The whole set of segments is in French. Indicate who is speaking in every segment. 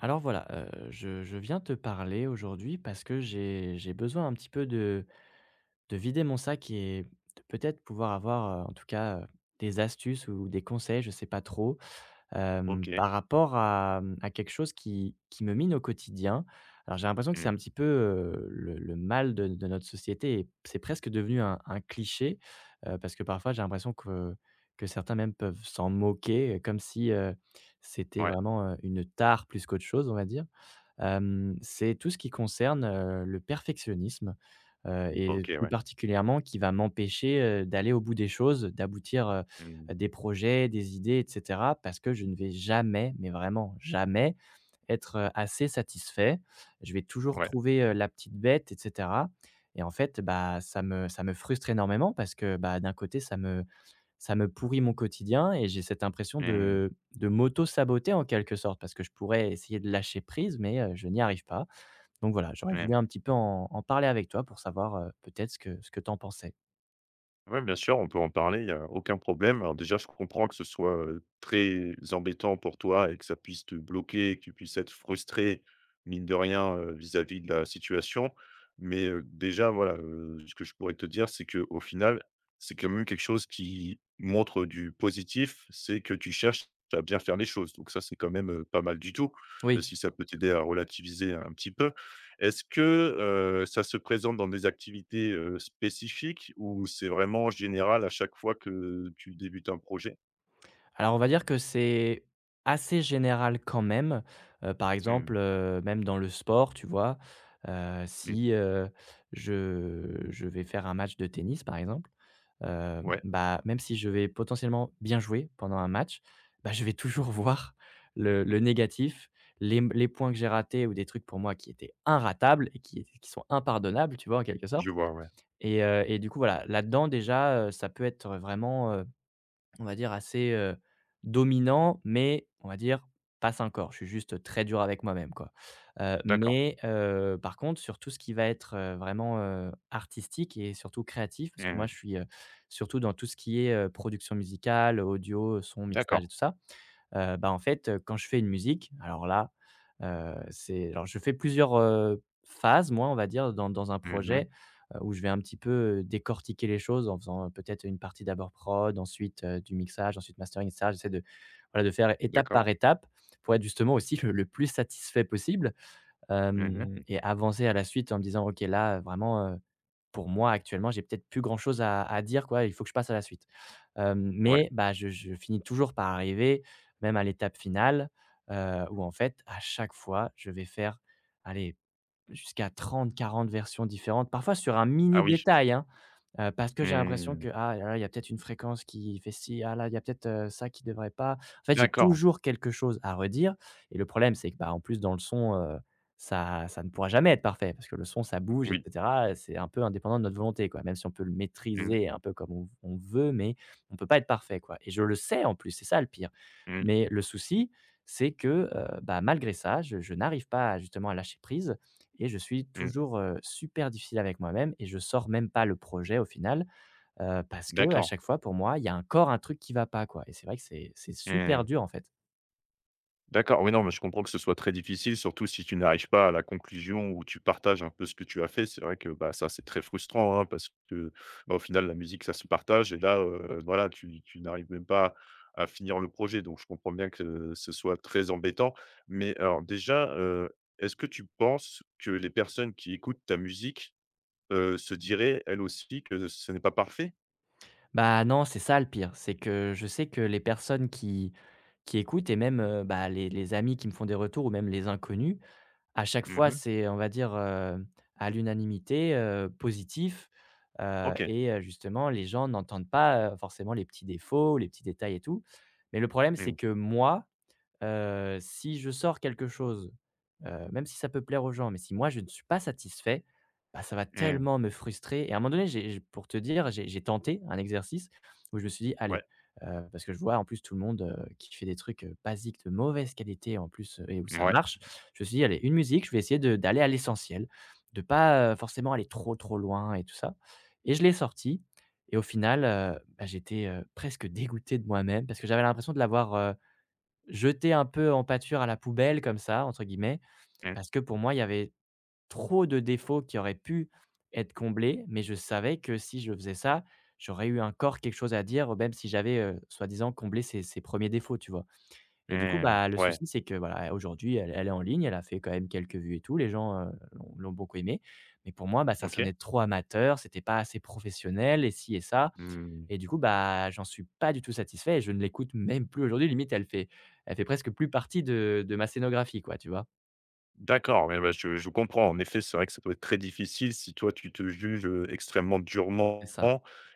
Speaker 1: Alors voilà, je viens te parler aujourd'hui parce que j'ai besoin un petit peu de vider mon sac et de peut-être pouvoir avoir, en tout cas, des astuces ou des conseils, je sais pas trop,
Speaker 2: OK.
Speaker 1: par rapport à, à quelque chose qui me mine au quotidien. Alors j'ai l'impression que c'est
Speaker 2: Mmh.
Speaker 1: un petit peu, le mal de notre société et c'est presque devenu un cliché, parce que parfois j'ai l'impression que certains même peuvent s'en moquer, comme si, c'était
Speaker 2: Ouais.
Speaker 1: vraiment, une tare plus qu'autre chose, on va dire. C'est tout ce qui concerne, le perfectionnisme, et
Speaker 2: OK,
Speaker 1: plus
Speaker 2: ouais.
Speaker 1: particulièrement qui va m'empêcher, d'aller au bout des choses, d'aboutir,
Speaker 2: Mmh.
Speaker 1: des projets, des idées et cetera, parce que je ne vais jamais, mais vraiment jamais être, assez satisfait. Je vais toujours
Speaker 2: Ouais.
Speaker 1: trouver, la petite bête et cetera, et en fait, bah, ça me frustre énormément parce que, bah, d'un côté, ça me pourrit mon quotidien et j'ai cette impression
Speaker 2: Mmh.
Speaker 1: de m'auto-saboter en quelque sorte, parce que je pourrais essayer de lâcher prise mais, je n'y arrive pas. Donc voilà, j'aurais
Speaker 2: Mmh.
Speaker 1: voulu un petit peu en parler avec toi pour savoir, peut-être ce que tu en pensais.
Speaker 2: Ouais, bien sûr, on peut en parler, il y a aucun problème. Alors déjà, je comprends que ce soit, très embêtant pour toi et que ça puisse te bloquer, que tu puisses être frustré, mine de rien, vis-à-vis de la situation. Mais, déjà, voilà, ce que je pourrais te dire, c'est que au final, c'est quand même quelque chose qui montre du positif, c'est que tu cherches à bien faire les choses. Donc ça, c'est quand même, pas mal du tout,
Speaker 1: Oui.
Speaker 2: si ça peut t'aider à relativiser un petit peu. Est-ce que, ça se présente dans des activités, spécifiques ou c'est vraiment général à chaque fois que tu débutes un projet?
Speaker 1: Alors, on va dire que c'est assez général quand même. Par
Speaker 2: Mmh,
Speaker 1: exemple, même dans le sport, tu vois? Heu,
Speaker 2: mmh,
Speaker 1: si, heu, je vais faire un match de tennis, par exemple,
Speaker 2: ouais,
Speaker 1: bah, même si je vais potentiellement bien jouer pendant un match, bah, je vais toujours voir le négatif, les points que j'ai ratés ou des trucs pour moi qui étaient inratables et qui sont impardonnables, tu vois, en quelque sorte?
Speaker 2: je vois, ouais.
Speaker 1: Et du coup, voilà, là-dedans déjà, ça peut être vraiment, on va dire assez, dominant, mais on va dire pas encore. Je suis juste très dur avec moi-même, quoi. Heu,
Speaker 2: D'accord.
Speaker 1: mais, heu, par contre, sur tout ce qui va être, vraiment, artistique et surtout créatif, parce que moi
Speaker 2: Mmh,
Speaker 1: je suis, surtout dans tout ce qui est, production musicale, audio, son, mixage
Speaker 2: d'accord.
Speaker 1: et tout ça. Bah, en fait, quand je fais une musique, alors là, c'est alors je fais plusieurs, phases, moi, on va dire, dans un
Speaker 2: Mmh.
Speaker 1: projet, où je vais un petit peu, décortiquer les choses en faisant, peut-être une partie d'abord prod, ensuite, du mixage, ensuite mastering et cetera. J'essaie de, voilà, de faire étape par
Speaker 2: D'accord.
Speaker 1: étape pour être justement aussi le plus satisfait possible,
Speaker 2: Mmh.
Speaker 1: hem et avancer à la suite en me disant: «OK, là, vraiment, pour moi, actuellement, j'ai peut-être plus grand chose à dire quoi, il faut que je passe à la suite.»
Speaker 2: Ouais.
Speaker 1: Mais bah, je finis toujours par arriver, même à l'étape finale, où en fait, à chaque fois, je vais faire, allez, jusqu'à trente quarante versions différentes, parfois sur un mini
Speaker 2: Ah oui.
Speaker 1: détail, hein, parce que j'ai l'impression
Speaker 2: Mmh.
Speaker 1: que: «Ah là là, il y a peut-être une fréquence qui fait ci, ah là, il y a peut-être, ça qui devrait pas». En fait, j'ai
Speaker 2: D'accord.
Speaker 1: toujours quelque chose à redire, et le problème, c'est que, bah, en plus dans le son, ça ne pourra jamais être parfait parce que le son, ça bouge et
Speaker 2: Oui.
Speaker 1: cetera, et c'est un peu indépendant de notre volonté, quoi. Même si on peut le
Speaker 2: Mmh,
Speaker 1: maîtriser un peu comme on veut, mais on peut pas être parfait, quoi, et je le sais en plus, c'est ça le pire.
Speaker 2: mmh,
Speaker 1: Mais le souci, c'est que, bah, malgré ça, je n'arrive pas à justement à lâcher prise, et je suis
Speaker 2: mmh.
Speaker 1: toujours, super difficile avec moi-même, et je sors même pas le projet au final, parce que à
Speaker 2: D'accord.
Speaker 1: chaque fois pour moi, il y a encore un truc qui va pas quoi, et c'est vrai que c'est super
Speaker 2: Mmh.
Speaker 1: dur en fait.
Speaker 2: D'accord, oui, non, mais je comprends que ce soit très difficile, surtout si tu n'arrives pas à la conclusion où tu partages un peu ce que tu as fait. C'est vrai que bah, ça, c'est très frustrant hein, parce que bah, au final, la musique, ça se partage et là, voilà, tu n'arrives même pas à finir le projet. Donc, je comprends bien que ce soit très embêtant. Mais alors, déjà, est-ce que tu penses que les personnes qui écoutent ta musique se diraient elles aussi que ce n'est pas parfait?
Speaker 1: Bah non, c'est ça le pire, c'est que je sais que les personnes qui écoutent et même, bah, les amis qui me font des retours ou même les inconnus, à chaque fois
Speaker 2: Mhm.
Speaker 1: c'est on va dire, à l'unanimité, positif,
Speaker 2: Ok.
Speaker 1: justement les gens n'entendent pas, forcément les petits défauts, les petits détails et tout. Mais le problème c'est
Speaker 2: Mm,
Speaker 1: que moi, si je sors quelque chose, même si ça peut plaire aux gens, mais si moi je ne suis pas satisfait, bah, ça va
Speaker 2: mm.
Speaker 1: tellement me frustrer, et à un moment donné, j'ai pour te dire, j'ai tenté un exercice où je me suis dit:
Speaker 2: Ouais.
Speaker 1: «Allez», parce que je vois en plus tout le monde, qui fait des trucs, basiques de mauvaise qualité en plus, et où ça
Speaker 2: Ouais.
Speaker 1: marche. Je me suis dit: «Allez, une musique, je vais essayer de d'aller à l'essentiel, de pas, forcément aller trop, trop loin et tout ça» et je l'ai sorti. Et au final, bah, j'étais, presque dégoûté de moi-même parce que j'avais l'impression de l'avoir Jeter un peu en pâture, «à la poubelle» comme ça, entre guillemets,
Speaker 2: Mm,
Speaker 1: parce que pour moi, il y avait trop de défauts qui auraient pu être comblés, mais je savais que si je faisais ça, j'aurais eu encore quelque chose à dire, même si j'avais, soi-disant comblé ces premiers défauts, tu vois? Et du coup,
Speaker 2: mm.
Speaker 1: bah, le
Speaker 2: Ouais.
Speaker 1: souci, c'est que voilà, aujourd'hui, elle est en ligne, elle a fait quand même quelques vues et tout, les gens, l'ont beaucoup aimé, mais pour moi, bah, ça
Speaker 2: Ok.
Speaker 1: sonnait trop amateur, c'était pas assez professionnel et ci et ça. Et du coup, bah, j'en suis pas du tout satisfait et je ne l'écoute même plus aujourd'hui. Limite, elle fait presque plus partie de ma scénographie, quoi, tu vois?
Speaker 2: D'accord, ouais, ouais, je comprends. En effet, c'est vrai que ça doit être très difficile si toi, tu te juges, extrêmement
Speaker 1: C'est
Speaker 2: durement
Speaker 1: ça.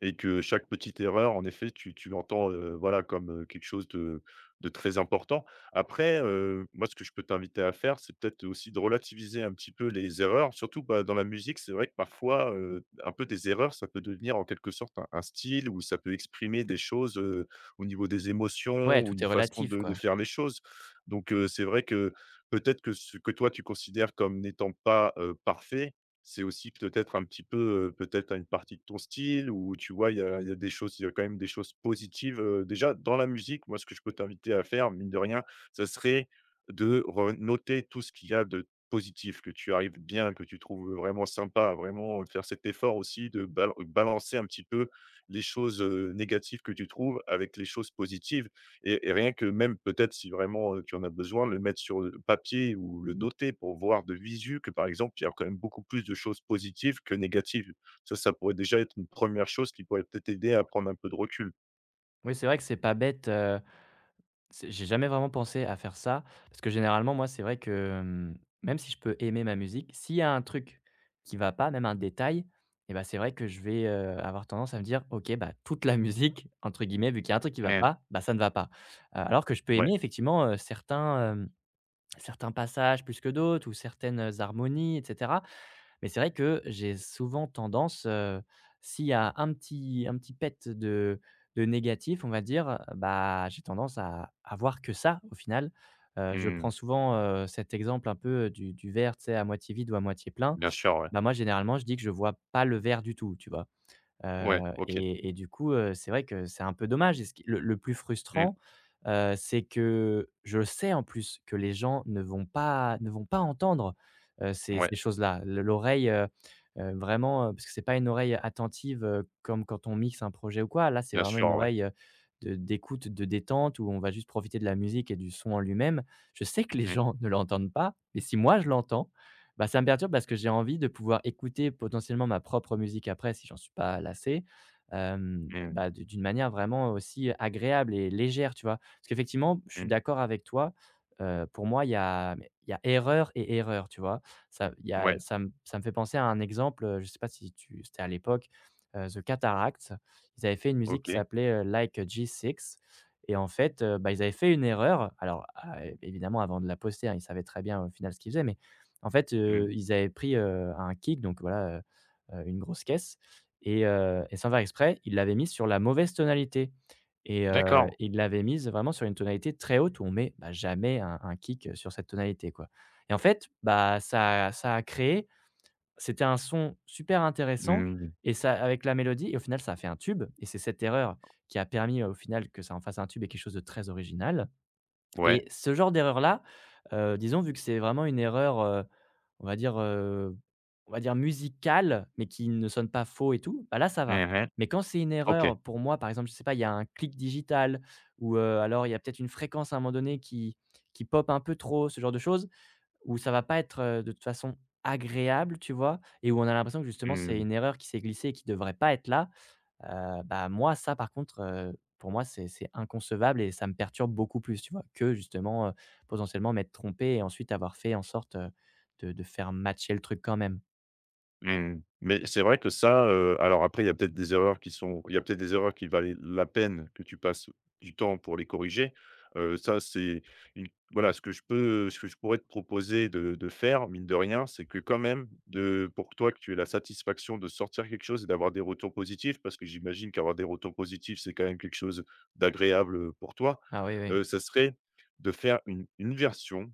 Speaker 2: et que chaque petite erreur, en effet, tu l'entends, voilà, comme, quelque chose de très important. Après, moi, ce que je peux t'inviter à faire, c'est peut-être aussi de relativiser un petit peu les erreurs. Surtout, bah, dans la musique, c'est vrai que parfois, un peu des erreurs, ça peut devenir en quelque sorte un style ou ça peut exprimer des choses, au niveau des émotions
Speaker 1: Ouais,
Speaker 2: ou
Speaker 1: tout
Speaker 2: une
Speaker 1: est
Speaker 2: façon
Speaker 1: relatif,
Speaker 2: de
Speaker 1: quoi.
Speaker 2: faire les choses. Donc, c'est vrai que peut-être que ce que toi tu considères comme n'étant pas, parfait, c'est aussi peut-être un petit peu, peut-être une partie de ton style où tu vois, il y a des choses il y a quand même des choses positives, déjà dans la musique, moi ce que je peux t'inviter à faire, mine de rien, ce serait de noter tout ce qu'il y a de positif, que tu arrives bien, que tu trouves vraiment sympa, vraiment faire cet effort aussi de balancer un petit peu les choses, négatives que tu trouves avec les choses positives et rien que même peut-être si vraiment, tu en as besoin, le mettre sur, papier ou le noter pour voir de visu que, par exemple, il y a quand même beaucoup plus de choses positives que négatives. Ça pourrait déjà être une première chose qui pourrait peut-être aider à prendre un peu de recul.
Speaker 1: Oui, c'est vrai que c'est pas bête, c'est j'ai jamais vraiment pensé à faire ça parce que généralement, moi, c'est vrai que, même si je peux aimer ma musique, s'il y a un truc qui va pas, même un détail, et ben, c'est vrai que je vais, avoir tendance à me dire: «OK, bah, toute la musique», entre guillemets, vu qu'il y a un truc qui va
Speaker 2: Mmh.
Speaker 1: pas, bah, ça ne va pas. Alors que je peux aimer
Speaker 2: Ouais.
Speaker 1: effectivement, certains passages plus que d'autres ou certaines harmonies et cetera. Mais c'est vrai que j'ai souvent tendance, s'il y a un petit pet de négatif, on va dire, bah, j'ai tendance à voir que ça au final. Je
Speaker 2: Mmh.
Speaker 1: prends souvent, cet exemple un peu, du verre, tu sais, à moitié vide ou à moitié plein.
Speaker 2: Bien sûr, ouais.
Speaker 1: Bah, moi généralement, je dis que je vois pas le verre du tout, tu vois? Heu
Speaker 2: Ouais, OK.
Speaker 1: et du coup, c'est vrai que c'est un peu dommage, et ce qui le plus
Speaker 2: Mmh.
Speaker 1: frustrant, c'est que je sais en plus que les gens ne vont pas entendre, ces
Speaker 2: Ouais.
Speaker 1: ces choses-là. Le l'oreille, vraiment, parce que c'est pas une oreille attentive, comme quand on mixe un projet ou quoi. Là, c'est
Speaker 2: Bien
Speaker 1: vraiment
Speaker 2: sûr,
Speaker 1: une
Speaker 2: ouais.
Speaker 1: oreille, de d'écoute, de détente où on va juste profiter de la musique et du son en lui-même. Je sais que les
Speaker 2: Mmh.
Speaker 1: gens ne l'entendent pas, mais si moi je l'entends, bah, ça me perturbe parce que j'ai envie de pouvoir écouter potentiellement ma propre musique après si j'en suis pas lassé,
Speaker 2: Mmh.
Speaker 1: bah, d'une manière vraiment aussi agréable et légère, tu vois? Parce qu'effectivement, je suis
Speaker 2: Mmh.
Speaker 1: d'accord avec toi, pour moi, il y a erreur et erreur, tu vois? Ça il y a
Speaker 2: Ouais.
Speaker 1: ça me fait penser à un exemple, je sais pas si tu c'était à l'époque, The Cataracts. Ils avaient fait une musique qui
Speaker 2: OK.
Speaker 1: s'appelait, Like a G6, et en fait, bah, ils avaient fait une erreur. Alors, évidemment, avant de la poster, hein, ils savaient très bien au final ce qu'ils faisaient, mais en fait,
Speaker 2: Mmh.
Speaker 1: ils avaient pris, un kick, donc voilà, une grosse caisse, et sans faire exprès, ils l'avaient mise sur la mauvaise tonalité, et heu,
Speaker 2: D'accord.
Speaker 1: ils l'avaient mise vraiment sur une tonalité très haute où on met, bah, jamais un kick, sur cette tonalité, quoi, et en fait, bah, ça a créé, c'était un son super intéressant,
Speaker 2: Mmh.
Speaker 1: et ça avec la mélodie, et au final, ça a fait un tube, et c'est cette erreur qui a permis, au final, que ça en fasse un tube et quelque chose de très original.
Speaker 2: Ouais.
Speaker 1: Et ce genre d'erreur-là, disons vu que c'est vraiment une erreur, on va dire, heu, on va dire musicale, mais qui ne sonne pas faux et tout, bah, là ça va.
Speaker 2: Mmh.
Speaker 1: Mais quand c'est une
Speaker 2: OK.
Speaker 1: erreur pour moi, par exemple, je sais pas, il y a un clic digital ou, alors il y a peut-être une fréquence à un moment donné qui pop un peu trop, ce genre de choses, où ça va pas être, de toute façon agréable, tu vois? Et où on a l'impression que justement c'est
Speaker 2: Mmh.
Speaker 1: une erreur qui s'est glissée et qui devrait pas être là. Bah, moi ça par contre, pour moi c'est inconcevable et ça me perturbe beaucoup plus, tu vois? Que justement, potentiellement m'être trompé et ensuite avoir fait en sorte, de faire matcher le truc quand même.
Speaker 2: Mmh. Mais c'est vrai que ça, alors après, il y a peut-être des erreurs qui valent la peine que tu passes du temps pour les corriger. Ça, c'est une voilà, ce que je peux ce que je pourrais te proposer de faire, mine de rien, c'est que quand même, de pour toi, que tu aies la satisfaction de sortir quelque chose et d'avoir des retours positifs, parce que j'imagine qu'avoir des retours positifs, c'est quand même quelque chose d'agréable, pour toi.
Speaker 1: Ah oui, oui.
Speaker 2: Ça serait de faire une version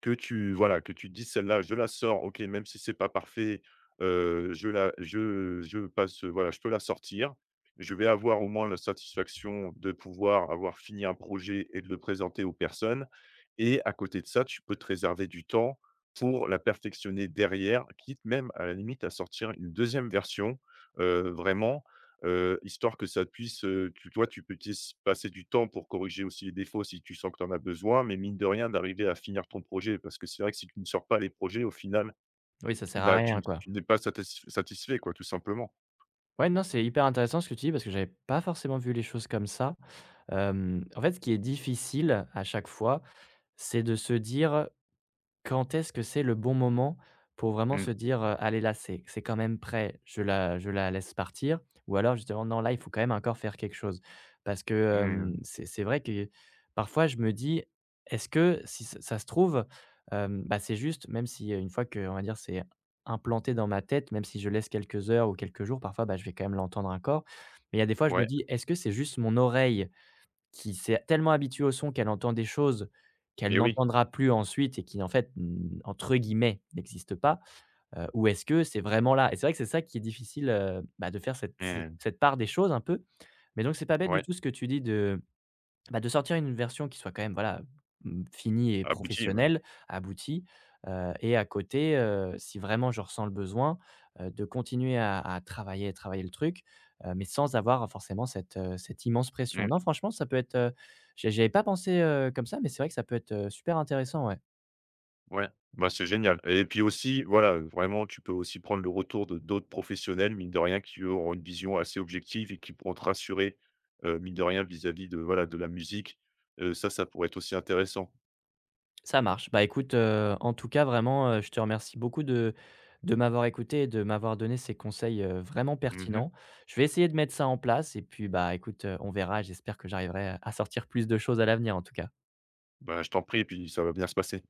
Speaker 2: que tu voilà, que tu te dises: «Celle-là, je la sors, OK, même si c'est pas parfait, je la je passe, voilà, je peux la sortir. Je vais avoir au moins la satisfaction de pouvoir avoir fini un projet et de le présenter aux personnes», et à côté de ça, tu peux te réserver du temps pour la perfectionner derrière, quitte même à la limite à sortir une deuxième version, vraiment histoire que ça puisse, tu toi, tu peux puisses passer du temps pour corriger aussi les défauts si tu sens que tu en as besoin, mais mine de rien, d'arriver à finir ton projet. Parce que c'est vrai que si tu ne sors pas les projets, au final,
Speaker 1: Oui, ça sert à
Speaker 2: bah,
Speaker 1: rien, quoi.
Speaker 2: tu n'es pas satisfait quoi, tout simplement.
Speaker 1: Ouais, non, c'est hyper intéressant ce que tu dis parce que j'avais pas forcément vu les choses comme ça. En fait, ce qui est difficile à chaque fois, c'est de se dire quand est-ce que c'est le bon moment pour vraiment
Speaker 2: Mmh,
Speaker 1: se dire, «Allez là, c'est quand même prêt, je la laisse partir» ou alors justement: «Non, là, il faut quand même encore faire quelque chose»? Parce que,
Speaker 2: mmh,
Speaker 1: c'est vrai que parfois je me dis: «Est-ce que si ç ça se trouve, bah, c'est juste», même si, une fois que on va dire c'est implanté dans ma tête, même si je laisse quelques heures ou quelques jours, parfois, bah, je vais quand même l'entendre encore. Mais il y a des fois je me
Speaker 2: ouais
Speaker 1: dis: «Est-ce que c'est juste mon oreille qui s'est tellement habituée au son qu'elle entend des choses qu'elle
Speaker 2: et oui,
Speaker 1: n'entendra plus ensuite et qui en fait, n entre guillemets, n'existent pas, ou est-ce que c'est vraiment là?» Et c'est vrai que c'est ça qui est difficile, bah, de faire cette cette
Speaker 2: mmh,
Speaker 1: cette part des choses un peu. Mais donc c'est pas bête du
Speaker 2: ouais,
Speaker 1: tout ce que tu dis, de bah, de sortir une version qui soit quand même, voilà, mmh, finie et
Speaker 2: abouti, ouais.
Speaker 1: professionnelle, aboutie, et à côté, si vraiment je ressens le besoin, de continuer à travailler le truc, mais sans avoir forcément cette, cette immense pression.
Speaker 2: Mmh.
Speaker 1: Non, franchement, ça peut être, j'y pas pensé, comme ça, mais c'est vrai que ça peut être, super intéressant, ouais.
Speaker 2: Ouais, bah, c'est génial et puis aussi, voilà, vraiment, tu peux aussi prendre le retour de d'autres professionnels, mine de rien, qui eux auront une vision assez objective et qui pourront te rassurer, mine de rien, vis-à-vis de, voilà, de la musique. Ça, ça pourrait être aussi intéressant.
Speaker 1: Ça marche. Bah, écoute, en tout cas, vraiment, je te remercie beaucoup de m'avoir écouté et de m'avoir donné ces conseils, vraiment
Speaker 2: Mmh.
Speaker 1: pertinents. Je vais essayer de mettre ça en place et puis, bah, écoute, on verra. J'espère que j'arriverai à sortir plus de choses à l'avenir, en tout cas.
Speaker 2: Bah, je t'en prie et puis ça va bien se passer.